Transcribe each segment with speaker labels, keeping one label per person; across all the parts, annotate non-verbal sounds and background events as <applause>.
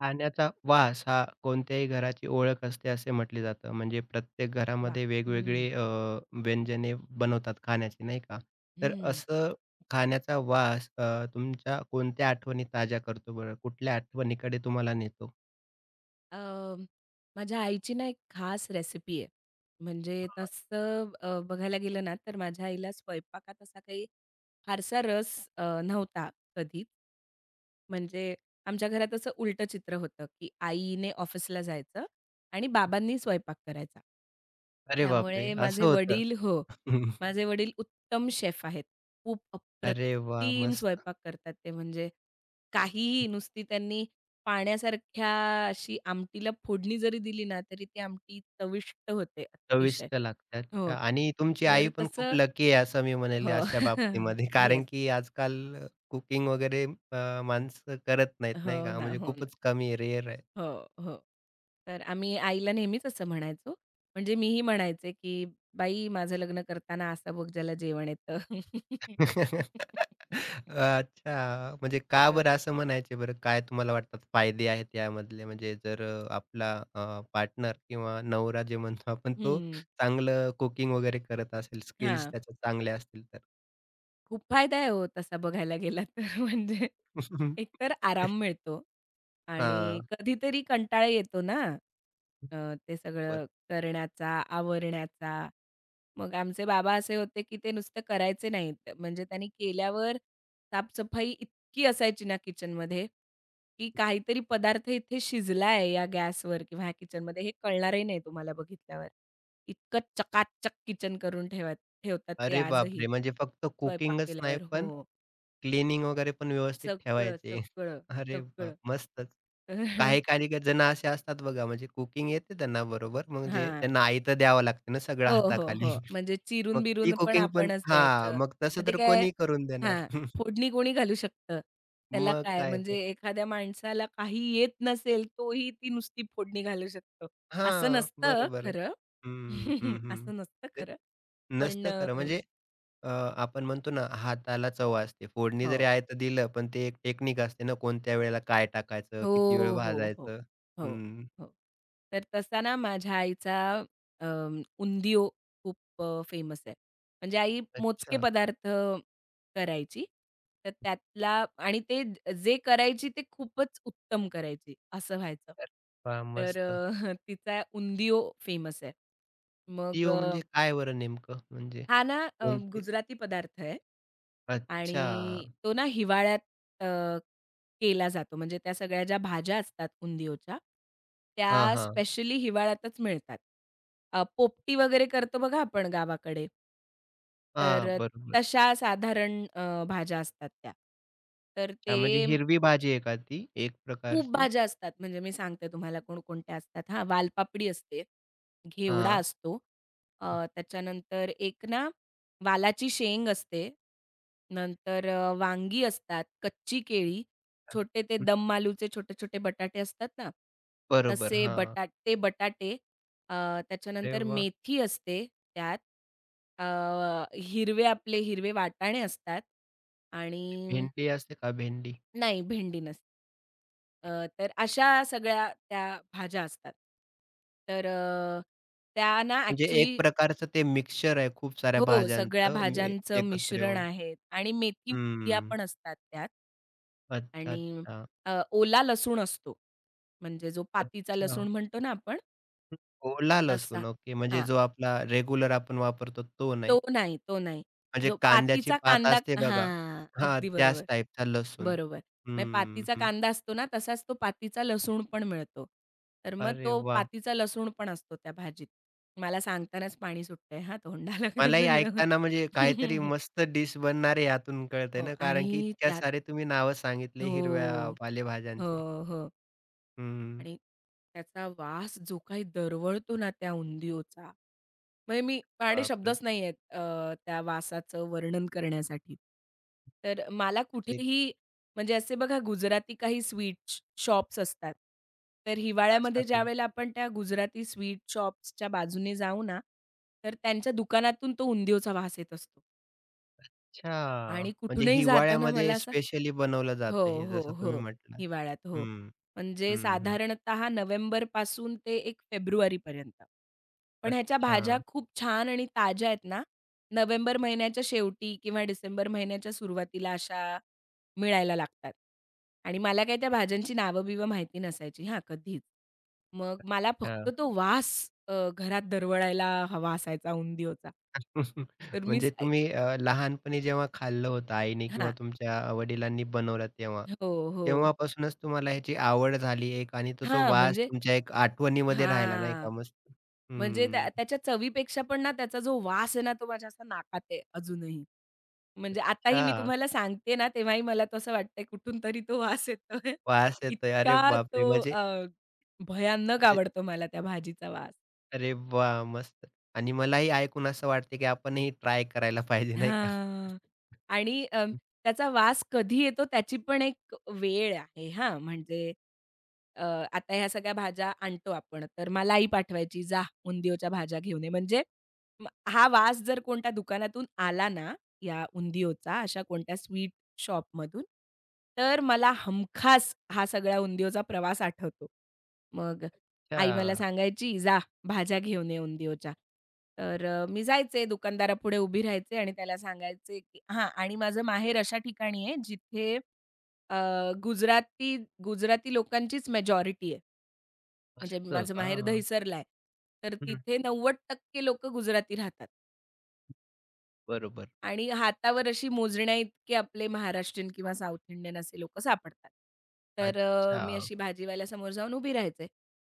Speaker 1: खाण्याचा वास हा कोणत्याही घराची ओळख असते असे म्हटले जातं. म्हणजे प्रत्येक
Speaker 2: वा,
Speaker 1: घरामध्ये
Speaker 2: हं,
Speaker 1: वेगवेगळे व्यंजने बनवतात खाण्याची नाही का? तर
Speaker 2: हं.
Speaker 1: असं खाण्याचा वास तुमच्या कोणत्या आठवणी ताज्या करतो बरं? कुठल्या आठवणीकडे तुम्हाला नेतो?
Speaker 2: अ, माझ्या आईची ना एक खास रेसिपी आहे. म्हणजे
Speaker 1: हां.
Speaker 2: तसं बघायला गेलं ना, तर माझ्या आईला स्वयंपाकात असा काही फारसा रस नव्हता कधीच. म्हणजे आमच्या घरात असं उलटं चित्र होतं, की आईने ऑफिसला जायचं आणि बाबांनी स्वयंपाक करायचा.
Speaker 1: अरे बापरे!
Speaker 2: त्यामुळे
Speaker 1: असं
Speaker 2: माझे
Speaker 1: होतं.
Speaker 2: वडील हो, माझे वडील उत्तम शेफ आहेत. खूप
Speaker 1: अरे वाह!
Speaker 2: अप्रतिम
Speaker 1: मस्त.
Speaker 2: स्वयंपाक करतात ते म्हणजे काहीही नुसती त्यांनी पाण्यासारख्या अशी आमटीला फोडणी जरी दिली ना, तरी ती आमटी चविष्ट होते अतिशय.
Speaker 1: चविष्ट लागतात
Speaker 2: हो.
Speaker 1: आणि तुमची
Speaker 2: तर
Speaker 1: आई पण खूप
Speaker 2: तसं
Speaker 1: लकी आहे असं मी म्हणेल
Speaker 2: हो.
Speaker 1: अशा
Speaker 2: <laughs>
Speaker 1: बाबतीमध्ये.
Speaker 2: येस.
Speaker 1: कारण की आजकाल कुकिंग वगैरे माणसं करत नाहीत,
Speaker 2: हो
Speaker 1: नाही का?
Speaker 2: ना,
Speaker 1: म्हणजे
Speaker 2: हो.
Speaker 1: खूपच कमी आहे, रेअर आहे.
Speaker 2: हो, हो. तर आम्ही आईला नेहमीच असं म्हणायचो. म्हणजे मीही म्हणायचे, की "बाई माझं लग्न करताना असा बघ ज्याला जेवण येतं."
Speaker 1: <laughs>
Speaker 2: <laughs>
Speaker 1: अच्छा, म्हणजे का
Speaker 2: तर
Speaker 1: बरं असं म्हणायचे बरं? काय तुम्हाला वाटतात फायदे आहेत यामधले? म्हणजे जर आपला पार्टनर किंवा नवरा जे म्हणतो आपण तो
Speaker 2: हं.
Speaker 1: चांगलं कुकिंग वगैरे करत असेल, स्किल्स
Speaker 2: हां.
Speaker 1: त्याच्या चांगल्या असतील तर.
Speaker 2: खूप फायदा आहे हो तसा बघायला गेला तर <laughs> म्हणजे
Speaker 1: <laughs>
Speaker 2: एकतर आराम मिळतो आणि
Speaker 1: हां,
Speaker 2: कधीतरी कंटाळा येतो ना, अ, ते सगळं करण्याचा, आवरण्याचा. मग आमचे बाबा असे होते, की ते नुसतं करायचे नाहीत. म्हणजे त्यांनी केल्यावर साफसफाई इतकी असायची ना किचनमध्ये, की काहीतरी पदार्थ इथे शिजला आहे या गॅसवर किंवा ह्या किचनमध्ये हे कळणारही नाही तुम्हाला बघितल्यावर. इतकं चकाचक किचन करून ठेवतात ते
Speaker 1: अरे
Speaker 2: आजही,
Speaker 1: बापरे! म्हणजे फक्त
Speaker 2: स्वयंपाक
Speaker 1: कुकिंगच नाही,
Speaker 2: केल्यावर. हो.
Speaker 1: पण क्लीनिंग वगैरे पण व्यवस्थित
Speaker 2: सगळं,
Speaker 1: ठेवायचे.
Speaker 2: सगळं,
Speaker 1: अरे
Speaker 2: सगळं.
Speaker 1: बाप! मस्तच.
Speaker 2: <laughs>
Speaker 1: काही-काही जण असे असतात बघा, म्हणजे कुकिंग येते त्यांना बरोबर, म्हणजे
Speaker 2: हां.
Speaker 1: त्यांना आई तर द्यावं लागते ना सगळं
Speaker 2: हो, हो,
Speaker 1: हाताखाली.
Speaker 2: हो.
Speaker 1: <laughs>
Speaker 2: म्हणजे
Speaker 1: मग ती
Speaker 2: चिरून-बिरून पण
Speaker 1: कुकिंग पण
Speaker 2: आपणच
Speaker 1: हां,
Speaker 2: द्यायचं.
Speaker 1: मग
Speaker 2: मग
Speaker 1: तसं
Speaker 2: ते
Speaker 1: तर
Speaker 2: काय
Speaker 1: कोणी करून देणार.
Speaker 2: हां.
Speaker 1: <laughs>
Speaker 2: फोडणी कोणी घालू शकतं? त्याला
Speaker 1: मग
Speaker 2: काय
Speaker 1: काय
Speaker 2: म्हणजे
Speaker 1: तर.
Speaker 2: एखाद्या माणसाला काही येत नसेल, तोही ती नुसती फोडणी घालू शकतो. असं
Speaker 1: हां,
Speaker 2: नसतं
Speaker 1: बरोबर.
Speaker 2: खरं.
Speaker 1: हं, हं,
Speaker 2: <laughs>
Speaker 1: हं.
Speaker 2: असं नसतं
Speaker 1: ते
Speaker 2: खरं. पण
Speaker 1: नसतं खरं म्हणजे अ, आपण म्हणतो ना हाताला चव असते. फोडणी
Speaker 2: हो.
Speaker 1: जरी आहे तर दिलं, पण ते एक टेक्निक असते ना कोणत्या वेळेला काय टाकायचं,
Speaker 2: हो,
Speaker 1: किती वेळ
Speaker 2: हो, हो.
Speaker 1: भाजायचं.
Speaker 2: हो,
Speaker 1: हं.
Speaker 2: हो. तर तसा ना माझ्या आईचा उंधियो खूप फेमस आहे. म्हणजे आई मोजके
Speaker 1: अच्छा.
Speaker 2: पदार्थ करायची. तर त्यातला आणि ते जे करायची ते खूपच उत्तम करायची असं व्हायचं.
Speaker 1: तर वाह!
Speaker 2: तर
Speaker 1: मस्त.
Speaker 2: <laughs> तिचा उंधियो फेमस आहे. मग
Speaker 1: तीळ म्हणजे काय बरं नेमकं? म्हणजे
Speaker 2: हा ना
Speaker 1: कोणते?
Speaker 2: गुजराती पदार्थ आहे. आणि
Speaker 1: अच्छा.
Speaker 2: तो ना हिवाळ्यात अ, केला जातो. म्हणजे त्या सगळ्या ज्या भाज्या असतात उंदियोच्या,
Speaker 1: हां,
Speaker 2: त्या
Speaker 1: हां.
Speaker 2: स्पेशली हिवाळ्यातच मिळतात. पोपटी वगैरे करतो बघा आपण गावाकडे. तर
Speaker 1: हां, बरोबर.
Speaker 2: तशा साधारण भाज्या असतात त्या. तर
Speaker 1: हां,
Speaker 2: ते
Speaker 1: म्हणजे हिरवी भाजी आहे का ती एक
Speaker 2: खूप
Speaker 1: प्रकारची?
Speaker 2: भाज्या असतात, म्हणजे मी सांगते तुम्हाला कोणकोणत्या असतात हां. वालपापडी असते, घेवडा
Speaker 1: हां.
Speaker 2: असतो, त्याच्यानंतर एक ना वालाची शेंग असते, नंतर वांगी असतात, कच्ची केळी,
Speaker 1: अच्छा.
Speaker 2: छोटे ते दम आलूचे छोटे-छोटे बटाटे असतात ना,
Speaker 1: बरोबर.
Speaker 2: तसे
Speaker 1: हां.
Speaker 2: बटाटे, अ,
Speaker 1: अरे
Speaker 2: त्याच्यानंतर
Speaker 1: वाह!
Speaker 2: मेथी असते त्यात, अ, हिरवे आपले हिरवे वाटाणे असतात आणि
Speaker 1: भेंडी असते का भेंडी?
Speaker 2: नाही, भेंडी नसते. अ, तर अशा सगळ्या त्या भाज्या असतात. तर त्या ना
Speaker 1: म्हणजे एक
Speaker 2: ॲक्चुअली
Speaker 1: प्रकारचं ते मिक्सचर आहे खूप साऱ्या
Speaker 2: हो, सगळ्या
Speaker 1: भाज्यांचं मी
Speaker 2: भाज्यांचं
Speaker 1: एकत्र
Speaker 2: मिश्रण
Speaker 1: येऊन.
Speaker 2: आहे आणि मेथी-मुठिया
Speaker 1: हम्म.
Speaker 2: पण असतात त्यात
Speaker 1: अच्छा,
Speaker 2: आणि
Speaker 1: अच्छा.
Speaker 2: ओला लसूण असतो. म्हणजे जो पातीचा
Speaker 1: अच्छा.
Speaker 2: लसूण म्हणतो ना आपण
Speaker 1: ओला
Speaker 2: तसा.
Speaker 1: लसूण ओके. म्हणजे
Speaker 2: हां,
Speaker 1: जो आपला रेग्युलर आपण वापरतो तो नाही.
Speaker 2: तो नाही, तो नाही.
Speaker 1: म्हणजे
Speaker 2: जो
Speaker 1: कांद्याची
Speaker 2: पातीचा
Speaker 1: पात
Speaker 2: कांदा
Speaker 1: असते बघा.
Speaker 2: हां,
Speaker 1: हां,
Speaker 2: अगदी
Speaker 1: त्याच
Speaker 2: बरोबर.
Speaker 1: टाईपचा लसूण.
Speaker 2: बरोबर. म्हणजे
Speaker 1: हं,
Speaker 2: पातीचा
Speaker 1: हं.
Speaker 2: कांदा असतो ना, तसाच तो पातीचा लसूण पण मिळतो. तर मग
Speaker 1: अरे
Speaker 2: तो
Speaker 1: वाह!
Speaker 2: पातीचा लसूण पण असतो त्या भाजीत. मला सांगतानाच पाणी सुटतंय हां तोंडाला <laughs>
Speaker 1: मलाही
Speaker 2: सगळं.
Speaker 1: ऐकताना म्हणजे काहीतरी
Speaker 2: <laughs>
Speaker 1: मस्त डिश बनणार आहे यातून कळतंय
Speaker 2: हो
Speaker 1: ना, कारण की
Speaker 2: आणि
Speaker 1: इतक्या
Speaker 2: त्यात
Speaker 1: सारे तुम्ही नावं सांगितले हिरव्या
Speaker 2: हो. हो,
Speaker 1: पालेभाज्यांचे.
Speaker 2: हो.
Speaker 1: हं.
Speaker 2: आणि त्याचा वास जो काही दरवळतो ना त्या उंदीओचा, म्हणजे मी माझ्याकडे
Speaker 1: बापरे!
Speaker 2: शब्दच नाही आहेत त्या वासाचं वर्णन करण्यासाठी. तर मला
Speaker 1: म्हणजे
Speaker 2: कुठेही म्हणजे असे बघा गुजराती काही स्वीट शॉप्स असतात. तर हिवाळ्यामध्ये
Speaker 1: असतात ना.
Speaker 2: ज्यावेळेला आपण त्या गुजराती स्वीट शॉप्सच्या बाजूने जाऊ ना, तर त्यांच्या दुकानातून तो उंदीओचा वास येत असतो
Speaker 1: अच्छा!
Speaker 2: आणि
Speaker 1: म्हणजे
Speaker 2: कुठूनही जाताना मला
Speaker 1: हिवाळ्यामध्ये
Speaker 2: असा
Speaker 1: स्पेशली बनवलं
Speaker 2: हो,
Speaker 1: जातं हे
Speaker 2: हो,
Speaker 1: जसं तुम्ही
Speaker 2: हो.
Speaker 1: म्हटलात.
Speaker 2: हिवाळ्यात हो.
Speaker 1: हं,
Speaker 2: म्हणजे
Speaker 1: हं, हं.
Speaker 2: साधारणतः नोव्हेंबर पासून ते एक फेब्रुवारीपर्यंत. पण ह्याच्या भाज्या
Speaker 1: अच्छा,
Speaker 2: खूप छान आणि ताज्या आहेत ना, नोव्हेंबर महिन्याच्या शेवटी किंवा डिसेंबर महिन्याच्या सुरुवातीला अशा मिळायला लागतात. आणि मला काही त्या भाज्यांची नावं-बिवं माहिती नसायची हां, कधीच. मग मला फक्त
Speaker 1: अच्छा.
Speaker 2: तो वास घरात दरवळायला हवा असायचा उंधियोचा.
Speaker 1: <laughs>
Speaker 2: तर मीच
Speaker 1: म्हणजे
Speaker 2: ऐक
Speaker 1: तुम्ही लहानपणी जेव्हा खाल्लं होतं आईने किंवा
Speaker 2: हां.
Speaker 1: तुमच्या वडिलांनी बनवलं तेव्हा,
Speaker 2: हो, हो.
Speaker 1: तेव्हापासूनच तुम्हाला ह्याची आवड झाली एक आणि तो जो
Speaker 2: हां,
Speaker 1: वास
Speaker 2: म्हणजे
Speaker 1: तुमच्या एक आठवणीमध्ये राहिला नाही
Speaker 2: हां.
Speaker 1: का मस्त.
Speaker 2: म्हणजे
Speaker 1: हं.
Speaker 2: त्या त्याच्या चवीपेक्षा पण ना त्याचा जो वास आहे ना, तो माझ्या असा नाकात आहे अजूनही. म्हणजे आताही मी
Speaker 1: अच्छा.
Speaker 2: तुम्हाला सांगते ना, तेव्हाही मला तो असं वाटतंय कुठून तरी तो वास येतोय. <laughs>
Speaker 1: वास येतोय. अरे
Speaker 2: इतका तो
Speaker 1: बापरे! म्हणजे
Speaker 2: अ, भयानक
Speaker 1: जे
Speaker 2: आवडतो मला त्या भाजीचा वास.
Speaker 1: अरे वाह! मस्त आणि मलाही ऐकून असं वाटते, की आपणही ट्राय करायला पाहिजे नाही का?
Speaker 2: हां.
Speaker 1: <laughs>
Speaker 2: आणि त्याचा वास कधी येतो त्याची पण एक वेळ आहे हां. म्हणजे अ, आता ह्या सगळ्या भाज्या आणतो आपण, तर मला आई पाठवायची, "जा उंदियोच्या भाज्या घेऊन ये." म्हणजे म हा वास जर कोणत्या दुकानातून आला ना, या उंदियोचा अशा कोणत्या स्वीट शॉपमधून, तर मला हमखास हा सगळा उंदियोचा प्रवास आठवतो. मग आई मला
Speaker 1: अच्छा,
Speaker 2: सांगायची, "जा भाज्या घेऊन ये उंधियोच्या. तर मी जायचे दुकानदारापुढे उभी राहायचे आणि त्याला सांगायचे, की हां आणि माझं माहेर अशा ठिकाणी आहे जिथे अ, गुजराती गुजराती लोकांचीच मेजॉरिटी आहे. म्हणजे
Speaker 1: असतं
Speaker 2: माझं
Speaker 1: का?
Speaker 2: माहेर दहिसरला आहे. तर
Speaker 1: हं,
Speaker 2: तिथे 90% लोकं गुजराती राहतात.
Speaker 1: बरोबर.
Speaker 2: आणि हातावर अशी मोजण्याइतके आपले महाराष्ट्रीयन किंवा साउथ इंडियन असे लोकं सापडतात. तर
Speaker 1: अच्छा.
Speaker 2: मी अशी भाजीवाल्यासमोर जाऊन उभी राहायचे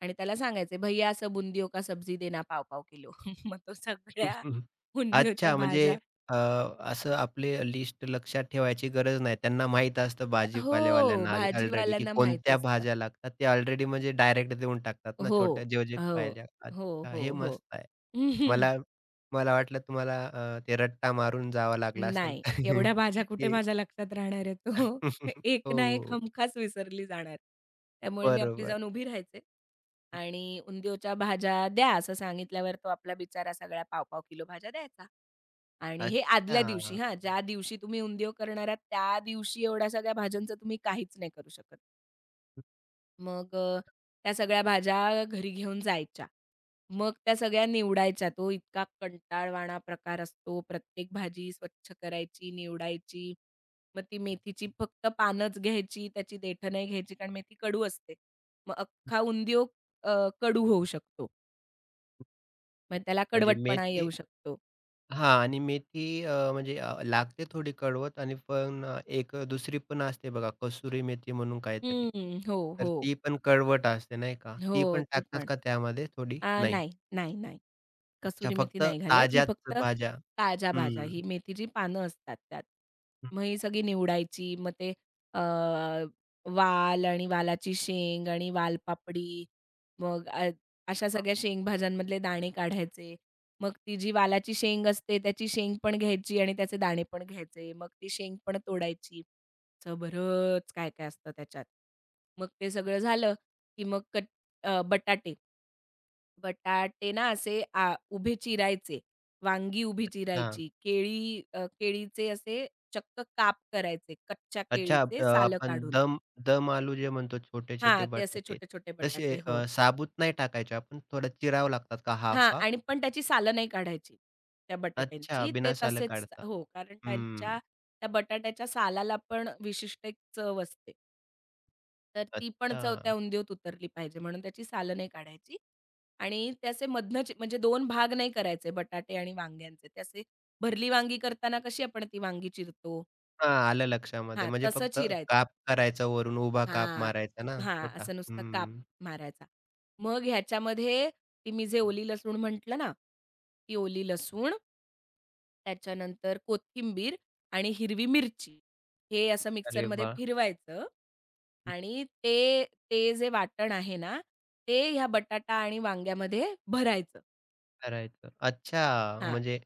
Speaker 2: आणि त्याला सांगायचे, "भैया असं बुंदियों का सब्जी देना पाव-पाव किलो." <laughs> मग तो सगळ्या
Speaker 1: <laughs>
Speaker 2: बुंदीयोच्या
Speaker 1: अच्छा, म्हणजे
Speaker 2: भाज्या
Speaker 1: अ, असं आपली लिस्ट लक्षात ठेवायची गरज नाही. त्यांना माहीत असतं
Speaker 2: हो,
Speaker 1: भाजीपालेवाल्यांना आधी ऑलरेडी, की
Speaker 2: भाजीवाल्यांना माहिती
Speaker 1: कोणत्या
Speaker 2: असतं.
Speaker 1: भाज्या लागतात. ते ऑलरेडी म्हणजे डायरेक्ट देऊन टाकतात ना,
Speaker 2: हो,
Speaker 1: छोट्या जे-जे
Speaker 2: हो,
Speaker 1: पाहिल्या.
Speaker 2: हो,
Speaker 1: अच्छा,
Speaker 2: हो,
Speaker 1: हे
Speaker 2: हो.
Speaker 1: मस्त आहे. मला
Speaker 2: <laughs>
Speaker 1: मला वाटलं तुम्हाला ते रट्टा मारून जावा लागला असेल,
Speaker 2: नाही, एवढ्या
Speaker 1: <laughs>
Speaker 2: भाज्या कुठे
Speaker 1: की
Speaker 2: माझ्या लक्षात राहणार आहेत हो. <laughs>
Speaker 1: <laughs>
Speaker 2: एक ना एक
Speaker 1: हो,
Speaker 2: हमखास विसरली जाणार. त्यामुळे मी आपली
Speaker 1: बरोबर.
Speaker 2: जाऊन उभी राहायचे आणि उंदियोच्या भाज्या द्या असं सांगितल्यावर तो आपला बिचारा सगळ्या पाव-पाव किलो भाज्या द्यायचा. आणि हे आदल्या
Speaker 1: अच्छा.
Speaker 2: दिवशी हां, ज्या दिवशी तुम्ही उंदियो करणार आहात त्या दिवशी एवढ्या सगळ्या भाज्यांचं तुम्ही काहीच नाही करू शकत. मग त्या सगळ्या भाज्या घरी घेऊन जायच्या. मग त्या सगळ्या निवडायच्या. तो इतका कंटाळवाणा प्रकार असतो. प्रत्येक भाजी स्वच्छ करायची, निवडायची. मग ती मेथीची फक्त पानच घ्यायची, त्याची देठं नाही घ्यायची कारण मेथी कडू असते. मग अख्खा उंदीयो अ, कडू होऊ शकतो. मग त्याला
Speaker 1: म्हणजे
Speaker 2: कडवटपणा
Speaker 1: मेथी
Speaker 2: येऊ शकतो.
Speaker 1: हां आणि मेथी म्हणजे लागते थोडी कडवत आणि पण एक दुसरी पण असते बघा कसुरी मेथी म्हणून काहीतरी.
Speaker 2: हं, हो,
Speaker 1: तर
Speaker 2: हो.
Speaker 1: ती पण कडवट असते नाही का? ती
Speaker 2: हो,
Speaker 1: पण
Speaker 2: ती
Speaker 1: टाकतात
Speaker 2: पण.
Speaker 1: का त्यामध्ये थोडी?
Speaker 2: आ,
Speaker 1: नाही.
Speaker 2: नाही, नाही, नाही.
Speaker 1: अच्छा
Speaker 2: कसुरी मेथी
Speaker 1: फक्त
Speaker 2: नाही घालत. ही
Speaker 1: ताज्याच
Speaker 2: फक्त
Speaker 1: भाज्या.
Speaker 2: ताज्या भाज्या,
Speaker 1: हं.
Speaker 2: ही मेथीची पानं असतात त्यात. मग ही सगळी निवडायची. मग ते अ, वाल आणि वालाची शेंग आणि वालपापडी, मग अशा सगळ्या शेंगभाज्यांमधले दाणे काढायचे. मग ती जी वालाची शेंग असते, त्याची शेंग पण घ्यायची आणि त्याचे दाणे पण घ्यायचे. मग ती शेंग पण तोडायची. असं बरंच काय-काय असतं त्याच्यात. मग ते सगळं झालं, की मग बटाटे बटाटे ना असे आ, उभे चिरायचे, वांगी उभी
Speaker 1: हां.
Speaker 2: चिरायची, केळी केळीचे असे चक्क काप करायचे, कच्च्या
Speaker 1: अच्छा
Speaker 2: केळीचे सालं
Speaker 1: आपण
Speaker 2: काढून.
Speaker 1: दम दम आलू जे म्हणतो
Speaker 2: हां,
Speaker 1: छोटे-छोटे
Speaker 2: ते असे
Speaker 1: बटाटे
Speaker 2: छोटे-छोटे
Speaker 1: तसे
Speaker 2: बटाटे. हो.
Speaker 1: साबूत नाही टाकायचे आपण थोडं चिरावं लागतात का
Speaker 2: हां
Speaker 1: हाफ-हाफ?
Speaker 2: आणि पण त्याची सालं नाही काढायची त्या
Speaker 1: अच्छा,
Speaker 2: बटाट्यांची. ते
Speaker 1: बिना सालं
Speaker 2: तसेच
Speaker 1: काढता.
Speaker 2: हो, कारण
Speaker 1: हं.
Speaker 2: त्यांच्या त्या बटाट्याच्या सालाला पण विशिष्ट एक चव असते. तर ती पण चव त्या
Speaker 1: अच्छा.
Speaker 2: उंदीवत उतरली पाहिजे म्हणून त्याची सालं नाही काढायची आणि त्याचे मधनंच म्हणजे 2 भाग नाही करायचे बटाटे आणि वांग्यांचे. त्याचे भरली वांगी करताना कशी आपण ती वांगी चिरतो
Speaker 1: हां, आलं लक्षामध्ये.
Speaker 2: हां,
Speaker 1: म्हणजे
Speaker 2: तसं
Speaker 1: फक्त
Speaker 2: चिरायचं.
Speaker 1: काप करायचा वरून उभा काप
Speaker 2: हां.
Speaker 1: मारायचा ना
Speaker 2: हां,
Speaker 1: छोटा.
Speaker 2: असं नुसतं काप
Speaker 1: हं.
Speaker 2: मारायचा. मग ह्याच्यामध्ये ती मी जे ओली लसूण म्हटलं ना, ती ओली लसूण, त्याच्यानंतर कोथिंबीर आणि हिरवी मिरची, हे असं
Speaker 1: अरे
Speaker 2: मिक्सरमध्ये
Speaker 1: वाह!
Speaker 2: फिरवायचं आणि ते ते जे वाटण आहे ना, ते ह्या बटाटा आणि वांग्यामध्ये भरायचं.
Speaker 1: करायचं. अच्छा,
Speaker 2: हां,
Speaker 1: म्हणजे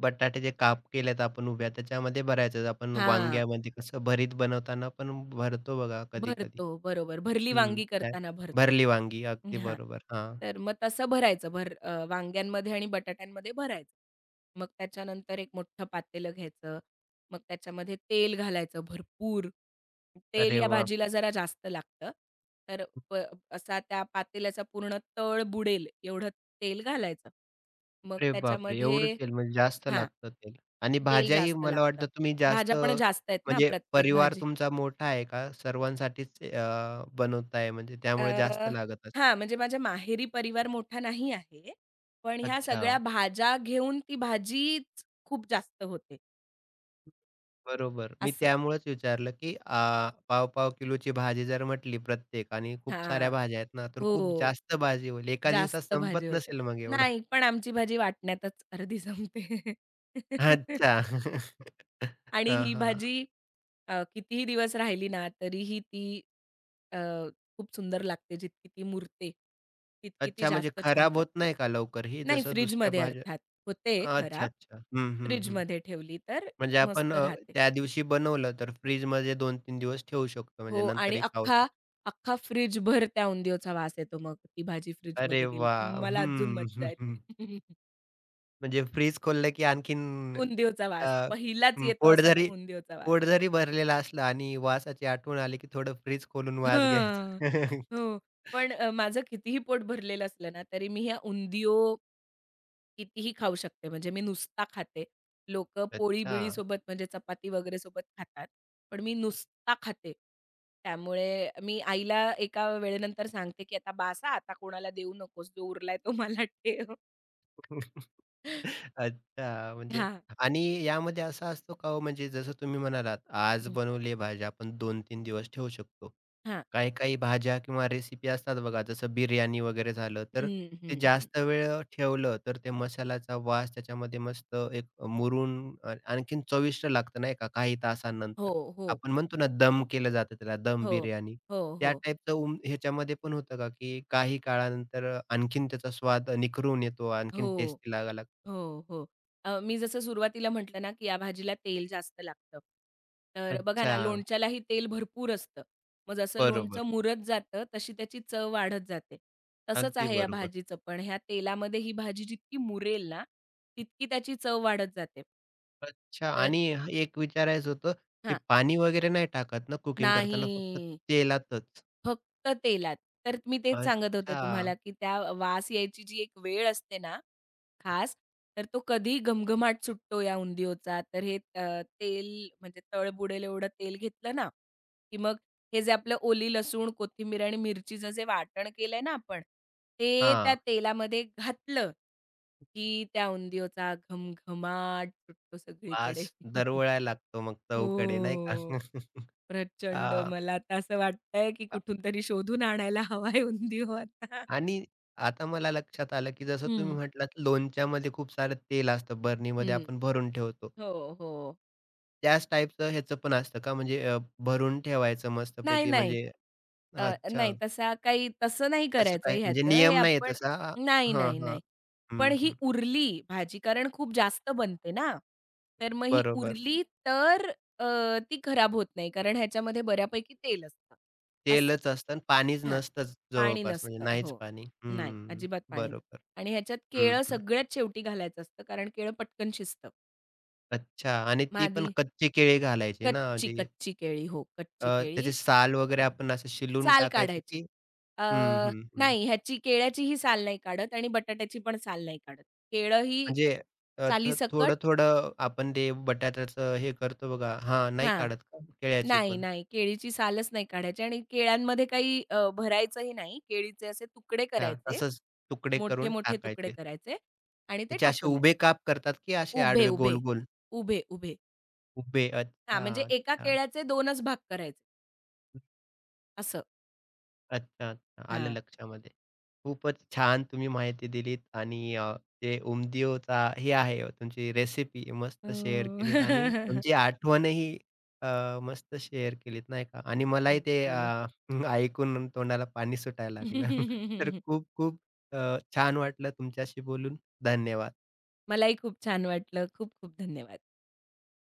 Speaker 1: बटाट्याचे काप केलेत आपण उभ्या त्याच्यामध्ये भरायचं. आपण
Speaker 2: हां.
Speaker 1: वांग्यामध्ये कसं भरीत बनवताना पण भरतो बघा कधी-कधी.
Speaker 2: भरतो. बरोबर. भरली
Speaker 1: हं.
Speaker 2: वांगी
Speaker 1: काय
Speaker 2: करताना भरतो.
Speaker 1: भरली वांगी. अगदी
Speaker 2: हां.
Speaker 1: बरोबर. हां.
Speaker 2: तर मग तसं भरायचं वांग्यांमध्ये आणि बटाट्यांमध्ये भरायचं. मग त्याच्यानंतर एक मोठं पातेलं घ्यायचं. मग त्याच्यामध्ये तेल घालायचं भरपूर. तेल
Speaker 1: अरे
Speaker 2: या
Speaker 1: वाह!
Speaker 2: भाजीला जरा जास्त लागतं. तर प असा त्या पातेल्याचा पूर्ण तळ बुडेल एवढं तेल घालायचं. मग
Speaker 1: अरे बापरे! एवढं
Speaker 2: त्याच्यामध्ये
Speaker 1: तेल म्हणजे जास्त
Speaker 2: हां.
Speaker 1: लागतं तेल आणि
Speaker 2: तेल
Speaker 1: भाज्याही
Speaker 2: जास्त
Speaker 1: मला
Speaker 2: लागतं.
Speaker 1: वाटतं तुम्ही जास्त
Speaker 2: भाज्या पण जास्त आहेत ना
Speaker 1: म्हणजे
Speaker 2: प्रत्येक
Speaker 1: परिवार
Speaker 2: भाजी
Speaker 1: तुमचा मोठा आहे का? सर्वांसाठीच बनवताय म्हणजे
Speaker 2: अ,
Speaker 1: त्यामुळे जास्त लागत असेल.
Speaker 2: हां, म्हणजे माझ्या माहेरी परिवार मोठा नाही आहे. पण ह्या
Speaker 1: अच्छा,
Speaker 2: सगळ्या भाज्या घेऊन ती भाजीच खूप जास्त होते,
Speaker 1: बरोबर. मी
Speaker 2: असं.
Speaker 1: त्यामुळेच विचारलं, की आ पाव-पाव किलोची भाजी जर म्हटली प्रत्येक आणि खूप
Speaker 2: हां.
Speaker 1: साऱ्या भाज्या आहेत ना, तर
Speaker 2: हो,
Speaker 1: खूप जास्त भाजी होईल. एका दिवसात
Speaker 2: जास्त भाजी
Speaker 1: संपत
Speaker 2: होते.
Speaker 1: नसेल मग एवढं.
Speaker 2: नाही, पण आमची भाजी वाटण्यातच अर्धी संपते. <laughs>
Speaker 1: अच्छा. <laughs>
Speaker 2: आणि
Speaker 1: हां,
Speaker 2: ही
Speaker 1: हां.
Speaker 2: भाजी कितीही दिवस राहिली ना, तरीही ती अ, खूप सुंदर लागते. जितकी ती मुरते, तितकी ती
Speaker 1: अच्छा म्हणजे
Speaker 2: जास्त छान
Speaker 1: खराब होत
Speaker 2: लागते.
Speaker 1: नाही का लवकर ही
Speaker 2: नाही
Speaker 1: जसं दुसऱ्या
Speaker 2: फ्रिजमध्ये
Speaker 1: भाज्या?
Speaker 2: अर्थात. होते
Speaker 1: अच्छा,
Speaker 2: खराब.
Speaker 1: अच्छा. हं, हं, हं.
Speaker 2: फ्रिजमध्ये ठेवली तर
Speaker 1: म्हणजे आपण
Speaker 2: मस्त राहते.
Speaker 1: त्या दिवशी बनवलं तर फ्रिजमध्ये दोन 3 दिवस ठेवू शकतो म्हणजे
Speaker 2: हो आणि
Speaker 1: नंतरही खाऊ शकतो.
Speaker 2: अख्खा फ्रिजभर त्या उंदियोचा वास येतो मग ती भाजी
Speaker 1: अरे
Speaker 2: फ्रिजमध्ये गेली की
Speaker 1: वाह!
Speaker 2: मला अजून
Speaker 1: हं.
Speaker 2: मज्जा येते.
Speaker 1: <laughs>
Speaker 2: <laughs>
Speaker 1: म्हणजे फ्रिज खोललं की आणखीन
Speaker 2: उंधियोचा
Speaker 1: अ,
Speaker 2: वास. पहिलाच
Speaker 1: हं,
Speaker 2: येतो
Speaker 1: पोट
Speaker 2: असा
Speaker 1: जरी
Speaker 2: तो उंधियोचा वास.
Speaker 1: पोट जरी भरलेलं असलं आणि वासाची आठवण आली की थोडं फ्रिज खोलून वास
Speaker 2: हां.
Speaker 1: घ्यायचा. <laughs>
Speaker 2: हो. पण माझं कितीही पोट भरलेलं असलं ना, तरी मी ह्या उंधियो कितीही खाऊ शकते. म्हणजे मी नुसता खाते. लोकं
Speaker 1: अच्छा.
Speaker 2: पोळी-बिळी सोबत म्हणजे चपाती वगैरे सोबत खातात. पण मी नुसता खाते. त्यामुळे मी आईला एका वेळेनंतर सांगते, की "आता बास हां, आता कोणाला देऊ नकोस. जो उरलाय तो मला <laughs> ठेव."
Speaker 1: <laughs> अच्छा, म्हणजे
Speaker 2: हां.
Speaker 1: आणि यामध्ये असा असतो का हो म्हणजे जसं तुम्ही म्हणालात, आज
Speaker 2: हं.
Speaker 1: बनवली भाजी आपण 2-3 दिवस ठेवू शकतो.
Speaker 2: हां.
Speaker 1: काही काही भाज्या किंवा रेसिपी असतात बघा, जसं बिर्याणी वगैरे झालं, तर
Speaker 2: हं,
Speaker 1: ते
Speaker 2: हं, हं.
Speaker 1: जास्त वेळ ठेवलं, तर ते मसाल्याचा वास त्याच्यामध्ये मस्त एक मुरून आणखीन चविष्ट लागतं नाही का, काही
Speaker 2: हो,
Speaker 1: तासानंतर.
Speaker 2: हो.
Speaker 1: आपण म्हणतो ना, दम केलं जातं त्याला, दम
Speaker 2: हो.
Speaker 1: बिर्याणी.
Speaker 2: हो,
Speaker 1: त्या
Speaker 2: हो.
Speaker 1: टाईपचं ह्याच्यामध्ये पण होतं का, की काही काळानंतर आणखीन त्याचा स्वाद निखरून येतो, आणखीन
Speaker 2: हो.
Speaker 1: टेस्टी लागायला लागतो?
Speaker 2: हो, हो. मी जसं सुरुवातीला म्हटलं ना, की या भाजीला तेल जास्त लागतं. तर बघा ना,
Speaker 1: अच्छा.
Speaker 2: लोणच्यालाही तेल भरपूर असतं. मग जसं लोणचं
Speaker 1: बरोबर.
Speaker 2: मुरत जातं, तशी त्याची चव वाढत जाते. तसंच
Speaker 1: अगदी
Speaker 2: आहे या
Speaker 1: बरोबर.
Speaker 2: भाजीचं पण. ह्या तेलामध्ये ही भाजी जितकी मुरेल ना, तितकी त्याची चव वाढत जाते.
Speaker 1: अच्छा
Speaker 2: तर
Speaker 1: आणि एक विचारायचं होतं, ते
Speaker 2: हां,
Speaker 1: पाणी वगैरे नाही टाकत ना कुकिंग
Speaker 2: नाही,
Speaker 1: करताना फक्त तेलातच?
Speaker 2: फक्त तेलात. तर मी तेच सांगत होते
Speaker 1: अच्छा.
Speaker 2: तुम्हाला, की त्या वास यायची जी एक वेळ असते ना, खास, तर तो कधी घमघमाट सुटतो या उंधियोचा. तर हे तेल म्हणजे तळ बुडेल एवढं तेल घेतलं ना, की मग हे जे आपलं ओली लसूण, कोथिंबीर आणि मिरचीचं जे वाटण केलंय ना आपण, ते त्या
Speaker 1: हां,
Speaker 2: तेलामध्ये घातलं, की त्या उंधियोचा घमघमाट सुटतो
Speaker 1: वास
Speaker 2: सगळीकडे. <laughs>
Speaker 1: दरवळायला लागतो मग
Speaker 2: हो,
Speaker 1: चवकडे नाही का? <laughs> अ,
Speaker 2: प्रचंड. मला आता असं वाटतंय, की
Speaker 1: अ,
Speaker 2: कुठून तरी शोधून आणायला हवाय उंधियो आता.
Speaker 1: आणि आता मला लक्षात आलं, की जसं तुम्ही
Speaker 2: हं,
Speaker 1: म्हटलात लोणच्यामध्ये खूप सारं तेल असतं बरणीमध्ये
Speaker 2: हं.
Speaker 1: आपण भरून ठेवतो.
Speaker 2: हो, हो.
Speaker 1: त्याच टाईपचं ह्याचं पण असतं का? म्हणजे भरून ठेवायचं
Speaker 2: नाही,
Speaker 1: मस्तपैकी
Speaker 2: नाही.
Speaker 1: म्हणजे
Speaker 2: अ,
Speaker 1: अच्छा.
Speaker 2: नाही तसा काही तसं नाही
Speaker 1: कसं
Speaker 2: करायचं
Speaker 1: काय? म्हणजे
Speaker 2: ह्याचं. हे
Speaker 1: नियम नाहीये
Speaker 2: आपण
Speaker 1: तसा?
Speaker 2: नाही,
Speaker 1: हां,
Speaker 2: नाही,
Speaker 1: हां.
Speaker 2: नाही.
Speaker 1: हं,
Speaker 2: पण ही
Speaker 1: हं.
Speaker 2: उरली भाजी कारण खूप जास्त बनते ना. तर मग ही
Speaker 1: बरोबर.
Speaker 2: उरली तर अ, ती खराब होत नाही कारण ह्याच्यामध्ये बऱ्यापैकी तेल असतं. असं.
Speaker 1: तेलच असतं आणि पाणीच
Speaker 2: हां.
Speaker 1: नसतंच
Speaker 2: पाणी
Speaker 1: जवळपास म्हणजे
Speaker 2: नसतं.
Speaker 1: नाहीच
Speaker 2: हो.
Speaker 1: पाणी.
Speaker 2: नाही,
Speaker 1: हं,
Speaker 2: अजिबात पाणी नसतं.
Speaker 1: बरोबर.
Speaker 2: आणि ह्याच्यात
Speaker 1: हं,
Speaker 2: केळं
Speaker 1: हं.
Speaker 2: सगळ्यात शेवटी घालायचं असतं कारण केळं पटकन शिजतं.
Speaker 1: अच्छा आणि ती
Speaker 2: मग
Speaker 1: पण कच्ची केळी घालायची ना म्हणजे
Speaker 2: कच्ची केळी. हो, कच्ची केळी
Speaker 1: त्याची साल वगैरे आपण असं शिलून
Speaker 2: साल
Speaker 1: टाकायचं
Speaker 2: काढायची.
Speaker 1: की
Speaker 2: अ,
Speaker 1: हं, हं, हं.
Speaker 2: नाही ह्याची केळ्याचीही साल नाही काढत आणि बटाट्याची पण साल नाही काढत. केळं ही
Speaker 1: म्हणजे थ
Speaker 2: सालीसकट
Speaker 1: थोडं-थोडं आपण ते बटाट्याचं हे करतो बघा हां, नाही
Speaker 2: हां.
Speaker 1: काढत का केळ्याची
Speaker 2: नाही,
Speaker 1: पण?
Speaker 2: नाही. केळीची सालच नाही काढायची आणि केळ्यांमध्ये काही भरायचंही नाही. केळीचे असे तुकडे
Speaker 1: हां,
Speaker 2: करायचे.
Speaker 1: तसंच तुकडे करून
Speaker 2: मोठे-मोठे तुकडे
Speaker 1: टाकायचे.
Speaker 2: करायचे आणि ते
Speaker 1: त्याचे असे
Speaker 2: टाकून द्यायचे.
Speaker 1: उभे काप करतात की असे
Speaker 2: उभे,
Speaker 1: आडवे
Speaker 2: उभे,
Speaker 1: गोल-गोल?
Speaker 2: उभे, उभे.
Speaker 1: उभे.
Speaker 2: हां, म्हणजे
Speaker 1: अच्छा,
Speaker 2: एका
Speaker 1: अच्छा.
Speaker 2: केळ्याचे 2च भाग करायचे असं.
Speaker 1: अच्छा, अच्छा. आलं
Speaker 2: हां.
Speaker 1: लक्षामध्ये. खूपच छान तुम्ही माहिती दिलीत आणि जे उमदीयोचा हे आहे तुमची रेसिपी
Speaker 2: अ,
Speaker 1: मस्त शेअर केलीत आणि
Speaker 2: <laughs>
Speaker 1: तुमची आठवणही अ, मस्त शेअर केलीत नाही का आणि मलाही
Speaker 2: थँक
Speaker 1: ते
Speaker 2: यू.
Speaker 1: <laughs> ऐकून तोंडाला पाणी सुटायला लागलं. <laughs> तर खूप खूप छान वाटलं तुमच्याशी बोलून. धन्यवाद.
Speaker 2: मलाही खूप छान वाटलं. खूप खूप धन्यवाद.